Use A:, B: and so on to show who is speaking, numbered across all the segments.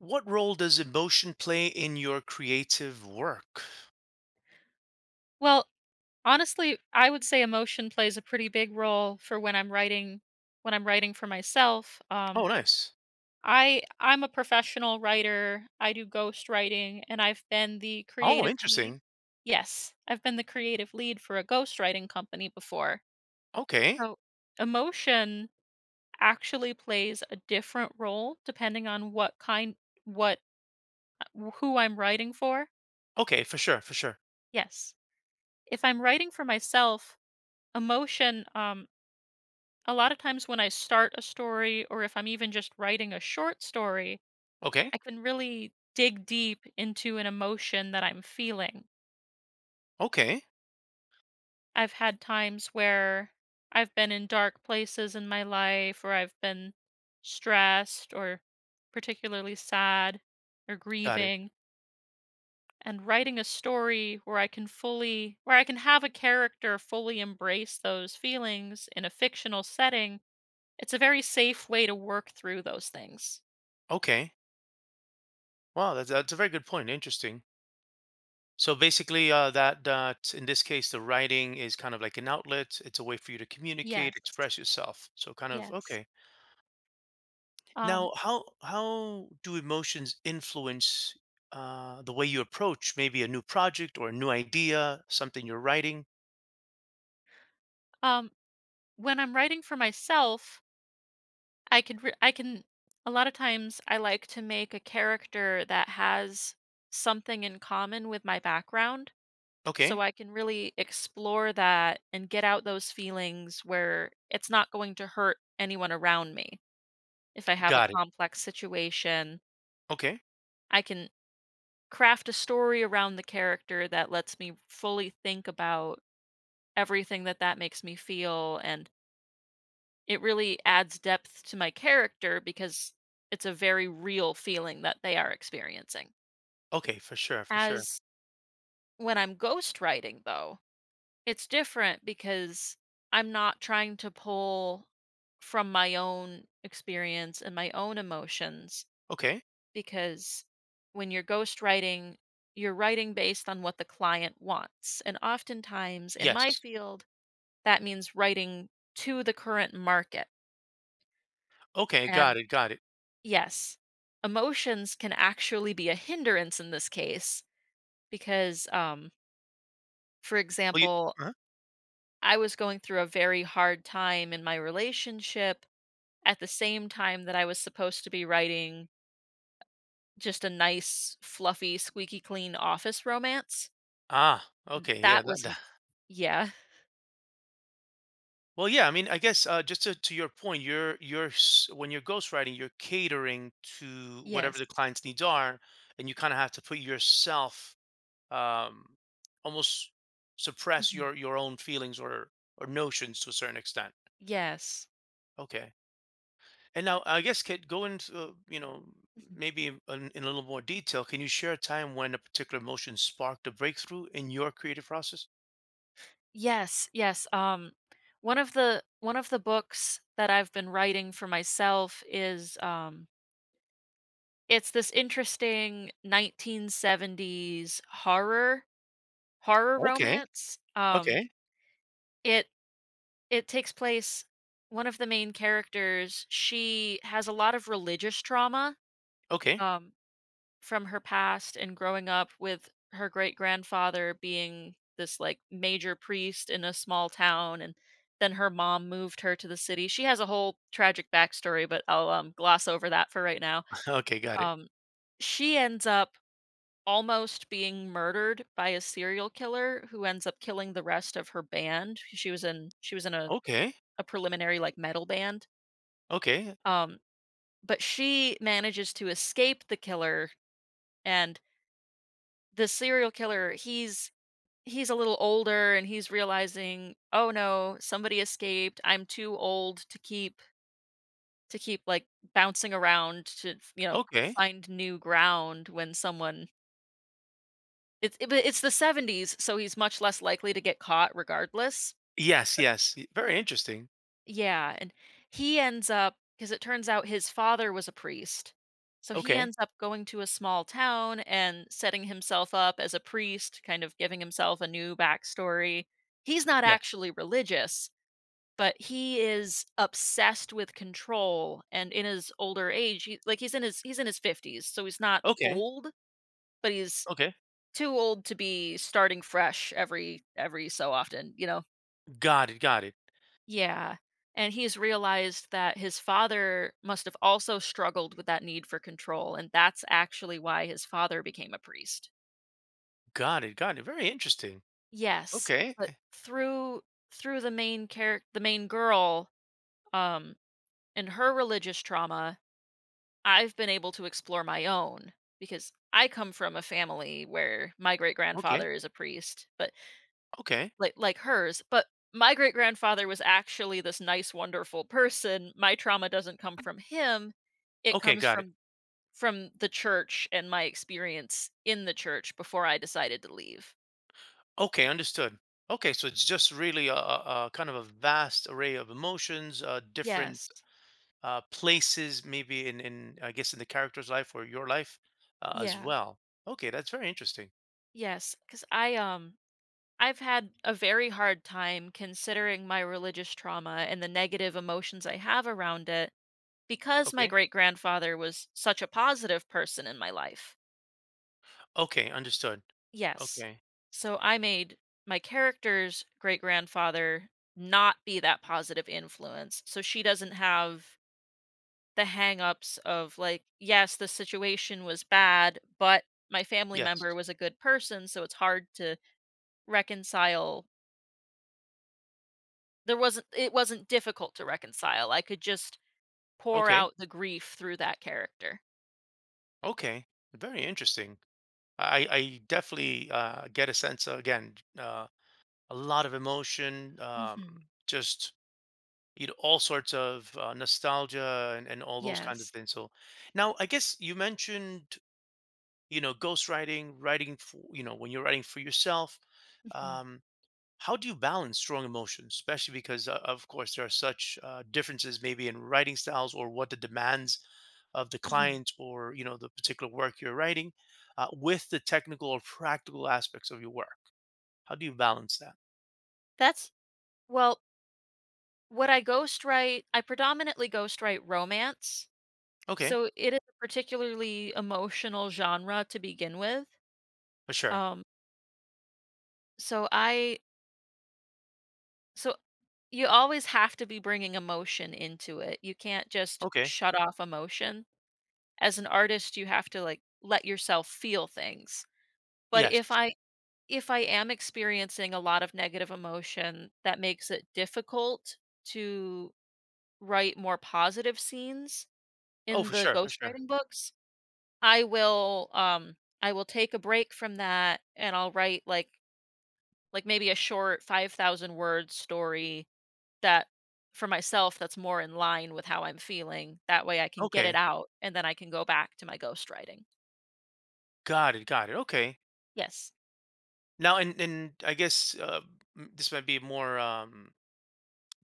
A: What role does emotion play in your creative work?
B: Well, honestly, I would say emotion plays a pretty big role for when I'm writing for myself. Um,
A: Oh, nice.
B: I I'm a professional writer. I do ghost writing, and I've been the
A: Oh,
B: creative lead.
A: interesting.
B: Yes, I've been the creative lead for a ghostwriting company before.
A: Okay.
B: So emotion actually plays a different role depending on what kind what who I'm writing for.
A: Okay, for sure, for sure.
B: Yes. If I'm writing for myself, emotion a lot of times when I start a story or if I'm even just writing a short story,
A: Okay.
B: I can really dig deep into an emotion that I'm feeling.
A: Okay.
B: I've had times where I've been in dark places in my life or I've been stressed or particularly sad or
A: Got it.
B: grieving and writing a story where I can fully where I can have a character fully embrace those feelings in a fictional setting, it's a very safe way to work through those things.
A: Okay. Wow, that's a very good point. Interesting. So basically, that in this case, the writing is kind of like an outlet. It's a way for you to communicate,
B: Yes,
A: express yourself. So kind of
B: yes.
A: okay.
B: Um,
A: Now, how do emotions influence the way you approach maybe a new project or a new idea, something you're writing?
B: um, when I'm writing for myself, I could re I can a lot of times I like to make a character that has something in common with my background, so
A: Okay.
B: I can really explore that and get out those feelings where it's not going to hurt anyone around me. If I have a
A: Got it.
B: complex situation,
A: Okay.
B: I can craft a story around the character that lets me fully think about everything that makes me feel and it really adds depth to my character because it's a very real feeling that they are experiencing.
A: Okay, for sure, for sure.
B: As When I'm ghostwriting, though, it's different because I'm not trying to pull from my own experience and my own emotions.
A: Okay.
B: Because when you're ghostwriting, you're writing based on what the client wants. And oftentimes in my
A: Yes.
B: field, that means writing to the current market.
A: Okay, got
B: And
A: it, got it.
B: yes, emotions can actually be a hindrance in this case because, for
A: Well, you
B: example,
A: uh
B: I was going through a very hard time in my relationship at the same time that I was supposed to be writing just a nice, fluffy, squeaky clean office romance.
A: Ah,
B: And
A: okay, yeah,
B: that
A: that,
B: was,
A: that.
B: yeah,
A: Well, yeah, I mean, I guess just to your point, when you're ghostwriting, you're catering to whatever
B: yes,
A: the client's needs are, and you kind of have to put yourself um, almost suppress
B: mhm,
A: your own feelings or notions to a certain extent.
B: yes,
A: Okay. And now, I guess, could go into
B: mhm,
A: maybe in a little more detail. Can you share a time when a particular emotion sparked a breakthrough in your creative process?
B: yes, yes. One of the books that I've been writing for myself is it's this interesting 1970s horror
A: Okay,
B: romance.
A: okay,
B: It it takes place, one of the main characters, she has a lot of religious trauma,
A: okay,
B: um, from her past and growing up with her great-grandfather being this, like, major priest in a small town, and then her mom moved her to the city. She has a whole tragic backstory, but I'll, gloss over that for right now.
A: okay, got it.
B: Um, she ends up almost being murdered by a serial killer who ends up killing the rest of her band. She was in
A: Okay,
B: a preliminary like metal band.
A: okay,
B: Um, but she manages to escape the killer and the serial killer, he's a little older and he's realizing, oh no, somebody escaped. I'm too old to keep like bouncing around to
A: okay.
B: find new ground when someone but it's the 70s so he's much less likely to get caught regardless.
A: Yes, yes. Very interesting.
B: Yeah, and he ends up, because it turns out his father was a priest. So he
A: Okay,
B: ends up going to a small town and setting himself up as a priest, kind of giving himself a new backstory. He's not
A: yes.
B: actually religious, but he is obsessed with control, and in his older age, he, like he's in his 50s, so he's not
A: Okay,
B: old, but he's
A: okay.
B: too old to be starting fresh every so often, you know.
A: Got it, got it,
B: Yeah. And he's realized that his father must have also struggled with that need for control, and that's actually why his father became a priest.
A: got it, got it. Very interesting.
B: Yes,
A: Okay,
B: but through the main character, the main girl, um, and her religious trauma, I've been able to explore my own because I come from a family where my great
A: okay,
B: grandfather is a priest, but
A: okay,
B: like hers. But my great grandfather was actually this nice, wonderful person. My trauma doesn't come from him. It
A: okay.
B: comes
A: Got it.
B: from the church and my experience in the church before I decided to leave.
A: Okay, understood. Okay, so it's just really a kind of a vast array of emotions, different
B: Yes.
A: places maybe in I guess in the character's life or your life as
B: Yeah.
A: well. Okay, that's very interesting.
B: Yes. Because I, I've had a very hard time considering my religious trauma and the negative emotions I have around it because my
A: Okay,
B: great grandfather was such a positive person in my life.
A: okay, understood.
B: Yes.
A: Okay,
B: So I made my character's great grandfather not be that positive influence. So she doesn't have the hangups of like, yes, the situation was bad, but my family member
A: yes.
B: was a good person, so it's hard to reconcile. There wasn't it wasn't difficult to reconcile. I could just pour
A: Okay,
B: out the grief through that character.
A: okay, very interesting. I definitely get a sense again a lot of emotion,
B: Mhm.
A: just you know all sorts of nostalgia and all those kinds of
B: Yes.
A: things. So now I guess you mentioned you know ghostwriting, writing for you know when you're writing for yourself.
B: Mhm.
A: Um, How do you balance strong emotions, especially because, of course, there are such differences maybe in writing styles or what the demands of the
B: Mhm.
A: client or you know the particular work you're writing with the technical or practical aspects of your work? How do you balance that?
B: That's, well, would I ghostwrite? I predominantly ghostwrite romance.
A: Okay,
B: So it is a particularly emotional genre to begin with.
A: for sure.
B: Um, so I so you always have to be bringing emotion into it. You can't just
A: Okay,
B: shut off emotion. As an artist, you have to like let yourself feel things. But
A: yes.
B: if I am experiencing a lot of negative emotion, that makes it difficult to write more positive scenes
A: Oh,
B: in
A: for
B: the
A: sure, for sure.
B: ghostwriting books. I will um I will take a break from that and I'll write like maybe a short 5,000 word story that for myself that's more in line with how I'm feeling. That way I can get it
A: Okay,
B: out and then I can go back to my ghostwriting.
A: got it, got it. Okay.
B: Yes.
A: Now, and I guess this might be more.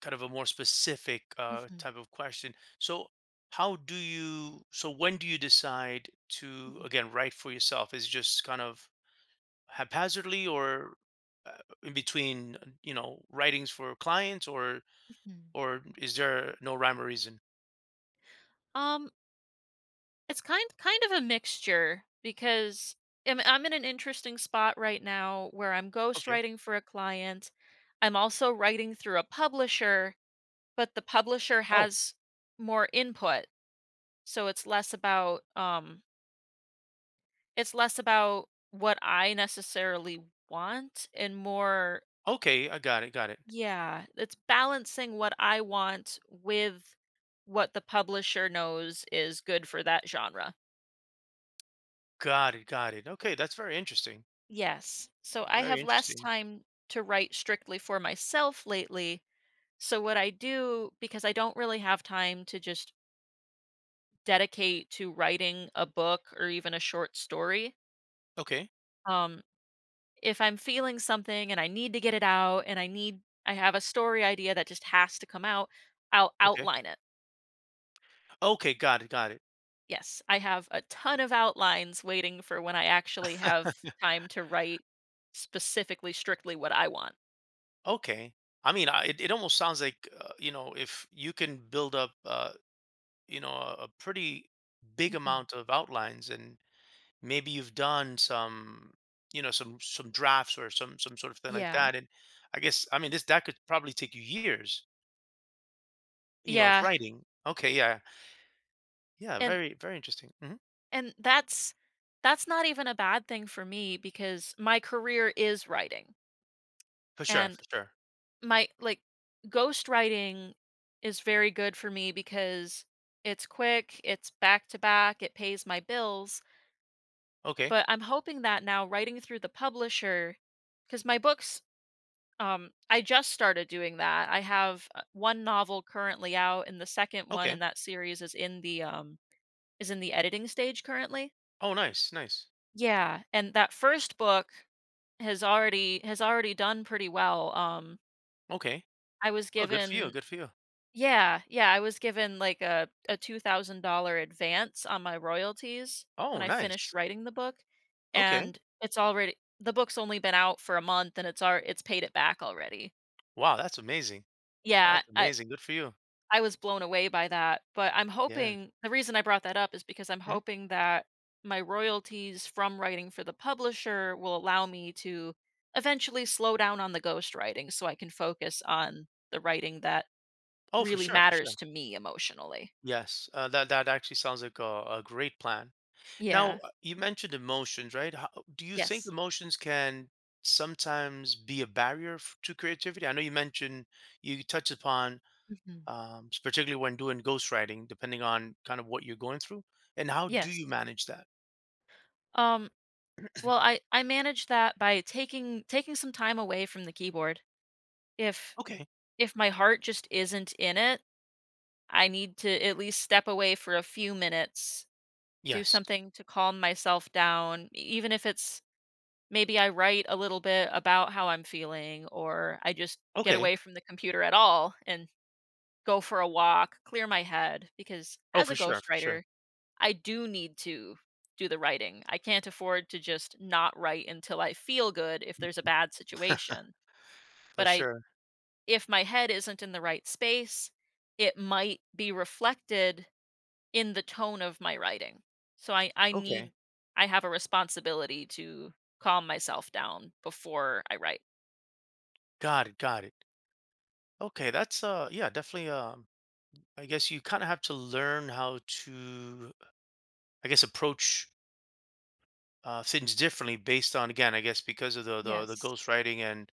A: Kind of a more specific
B: Hmm.
A: type of question. So, how do you? So, when do you decide to
B: Hmm.
A: again write for yourself? Is it just kind of haphazardly, or in between, you know, writings for clients,
B: Hmm.
A: or is there no rhyme or reason?
B: Um it's kind of a mixture because I'm in an interesting spot right now where I'm
A: Okay.
B: ghostwriting for a client. I'm also writing through a publisher, but the publisher
A: Oh,
B: has more input, so it's less about what I necessarily want and more,
A: okay. I got it. Got it.
B: yeah, it's balancing what I want with what the publisher knows is good for that genre.
A: Got it. Got it. Okay, that's very interesting.
B: Yes. So I
A: Very
B: have less
A: interesting.
B: time to write strictly for myself lately. So what I do, because I don't really have time to just dedicate to writing a book or even a short story,
A: Okay.
B: um if I'm feeling something and I need to get it out and I have a story idea that just has to come out, I'll
A: Okay.
B: outline it.
A: Okay. Got it. Got it.
B: Yes, I have a ton of outlines waiting for when I actually have time to write specifically strictly what I want.
A: Okay. I mean, it almost sounds like, you know, if you can build up you know a pretty big
B: Mhm.
A: amount of outlines and maybe you've done some you know some drafts or some sort of thing like
B: Yeah.
A: that and I guess I mean this that could probably take you years you know of
B: Yeah.
A: writing okay yeah yeah
B: And
A: very very interesting hmm
B: and that's not even a bad thing for me because my career is writing. And
A: for sure
B: my like ghost writing is very good for me because it's quick, it's back to back, it pays my bills.
A: okay
B: But I'm hoping that now writing through the publisher, because my books, I just started doing that. I have one novel currently out, and the second one in
A: okay
B: that series is in the editing stage currently.
A: oh nice nice
B: Yeah, and that first book has already done pretty well.
A: okay
B: I was
A: oh
B: given,
A: good for you
B: yeah, yeah, I was given, like, a $2,000 advance on my royalties when
A: oh
B: I finished
A: nice
B: writing the book,
A: okay
B: and it's already, the book's only been out for a month and it's alr it's paid it back already.
A: wow
B: Yeah,
A: that's
B: I
A: amazing good for you
B: I was blown away by that, but I'm
A: yeah
B: hoping, the reason I brought that up is because I'm
A: mhm
B: hoping that my royalties from writing for the publisher will allow me to eventually slow down on the ghost writing so I can focus on the writing that
A: oh
B: really
A: for
B: matters
A: sure
B: to me emotionally.
A: yes that actually sounds like a great plan. Now,
B: Yeah.
A: you mentioned emotions, right? How, do you think
B: Yes.
A: emotions can sometimes be a barrier to creativity? I know you mentioned you touched upon,
B: Mhm.
A: particularly when doing ghostwriting, depending on kind of what you're going through. And how do you
B: Yes.
A: manage that?
B: Um, well, I manage that by taking some time away from the keyboard. If
A: Okay.
B: if my heart just isn't in it, I need to at least step away for a few minutes, do
A: Yes.
B: something to calm myself down, even if it's, maybe I write a little bit about how I'm feeling, or I just get
A: Okay.
B: away from the computer at all and go for a walk, clear my head, because
A: Oh,
B: as
A: for
B: a
A: sure. For sure.
B: ghostwriter, I do need to do the writing. I can't afford to just not write until I feel good if there's a bad situation.
A: For
B: But I,
A: sure.
B: if my head isn't in the right space, it might be reflected in the tone of my writing. So I
A: Okay.
B: need, I have a responsibility to calm myself down before I write.
A: Got it. Got it. Okay. That's, yeah, definitely. I guess you kind of have to learn how to, I guess, approach things differently based on again I guess because of the
B: Yes.
A: ghost writing and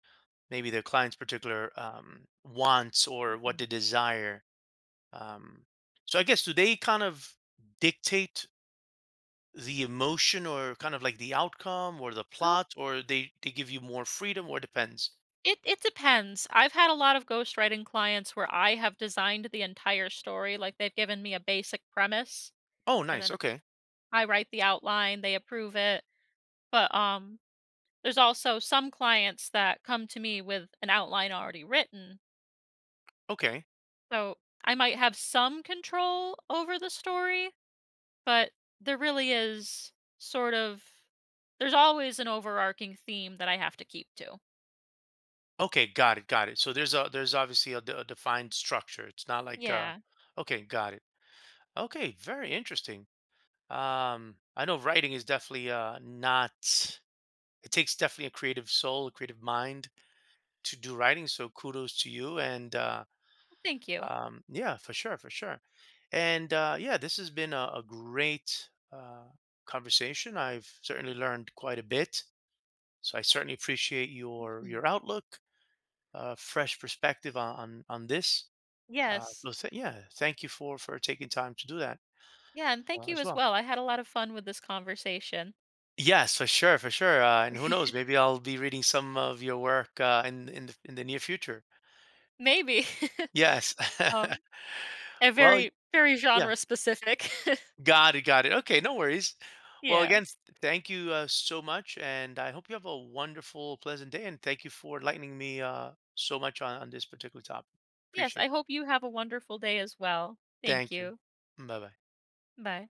A: maybe the client's particular wants or what they
B: Mhm.
A: desire um, so I guess do they kind of dictate the emotion or kind of like the outcome or the
B: Well,
A: plot or they give you more freedom or depends
B: it depends. I've had a lot of ghostwriting clients where I have designed the entire story, like they've given me a basic premise,
A: oh
B: and
A: nice
B: then
A: okay
B: I write the outline, they approve it. But, there's also some clients that come to me with an outline already written,
A: okay
B: so I might have some control over the story, but there really is sort of there's always an overarching theme that I have to keep to.
A: okay got it so there's obviously a defined structure it's not like
B: Yeah.
A: okay got it okay very interesting. I know writing is definitely not it takes definitely a creative soul, a creative mind to do writing. So kudos to you and
B: Thank you.
A: yeah, for sure, for sure. And yeah, this has been a great conversation. I've certainly learned quite a bit. So I certainly appreciate
B: Mhm.
A: your outlook, fresh perspective on this.
B: Yes.
A: So yeah, thank you for taking time to do that
B: Yeah, and thank you
A: as
B: as
A: well.
B: well, I had a lot of fun with this conversation.
A: Yes, for sure, for sure. And who knows, maybe I'll be reading some of your work in the near future.
B: Maybe.
A: Yes.
B: Um, and
A: well,
B: very, very
A: yeah.
B: genre specific.
A: Got it, got it. Okay, no worries. Well,
B: Yeah.
A: again, thank you so much, and I hope you have a wonderful, pleasant day. And thank you for enlightening me so much on this particular topic.
B: Yes,
A: Appreciate it.
B: I hope you have a wonderful day as well. Thank
A: Thank you.
B: you.
A: Bye bye.
B: Bye.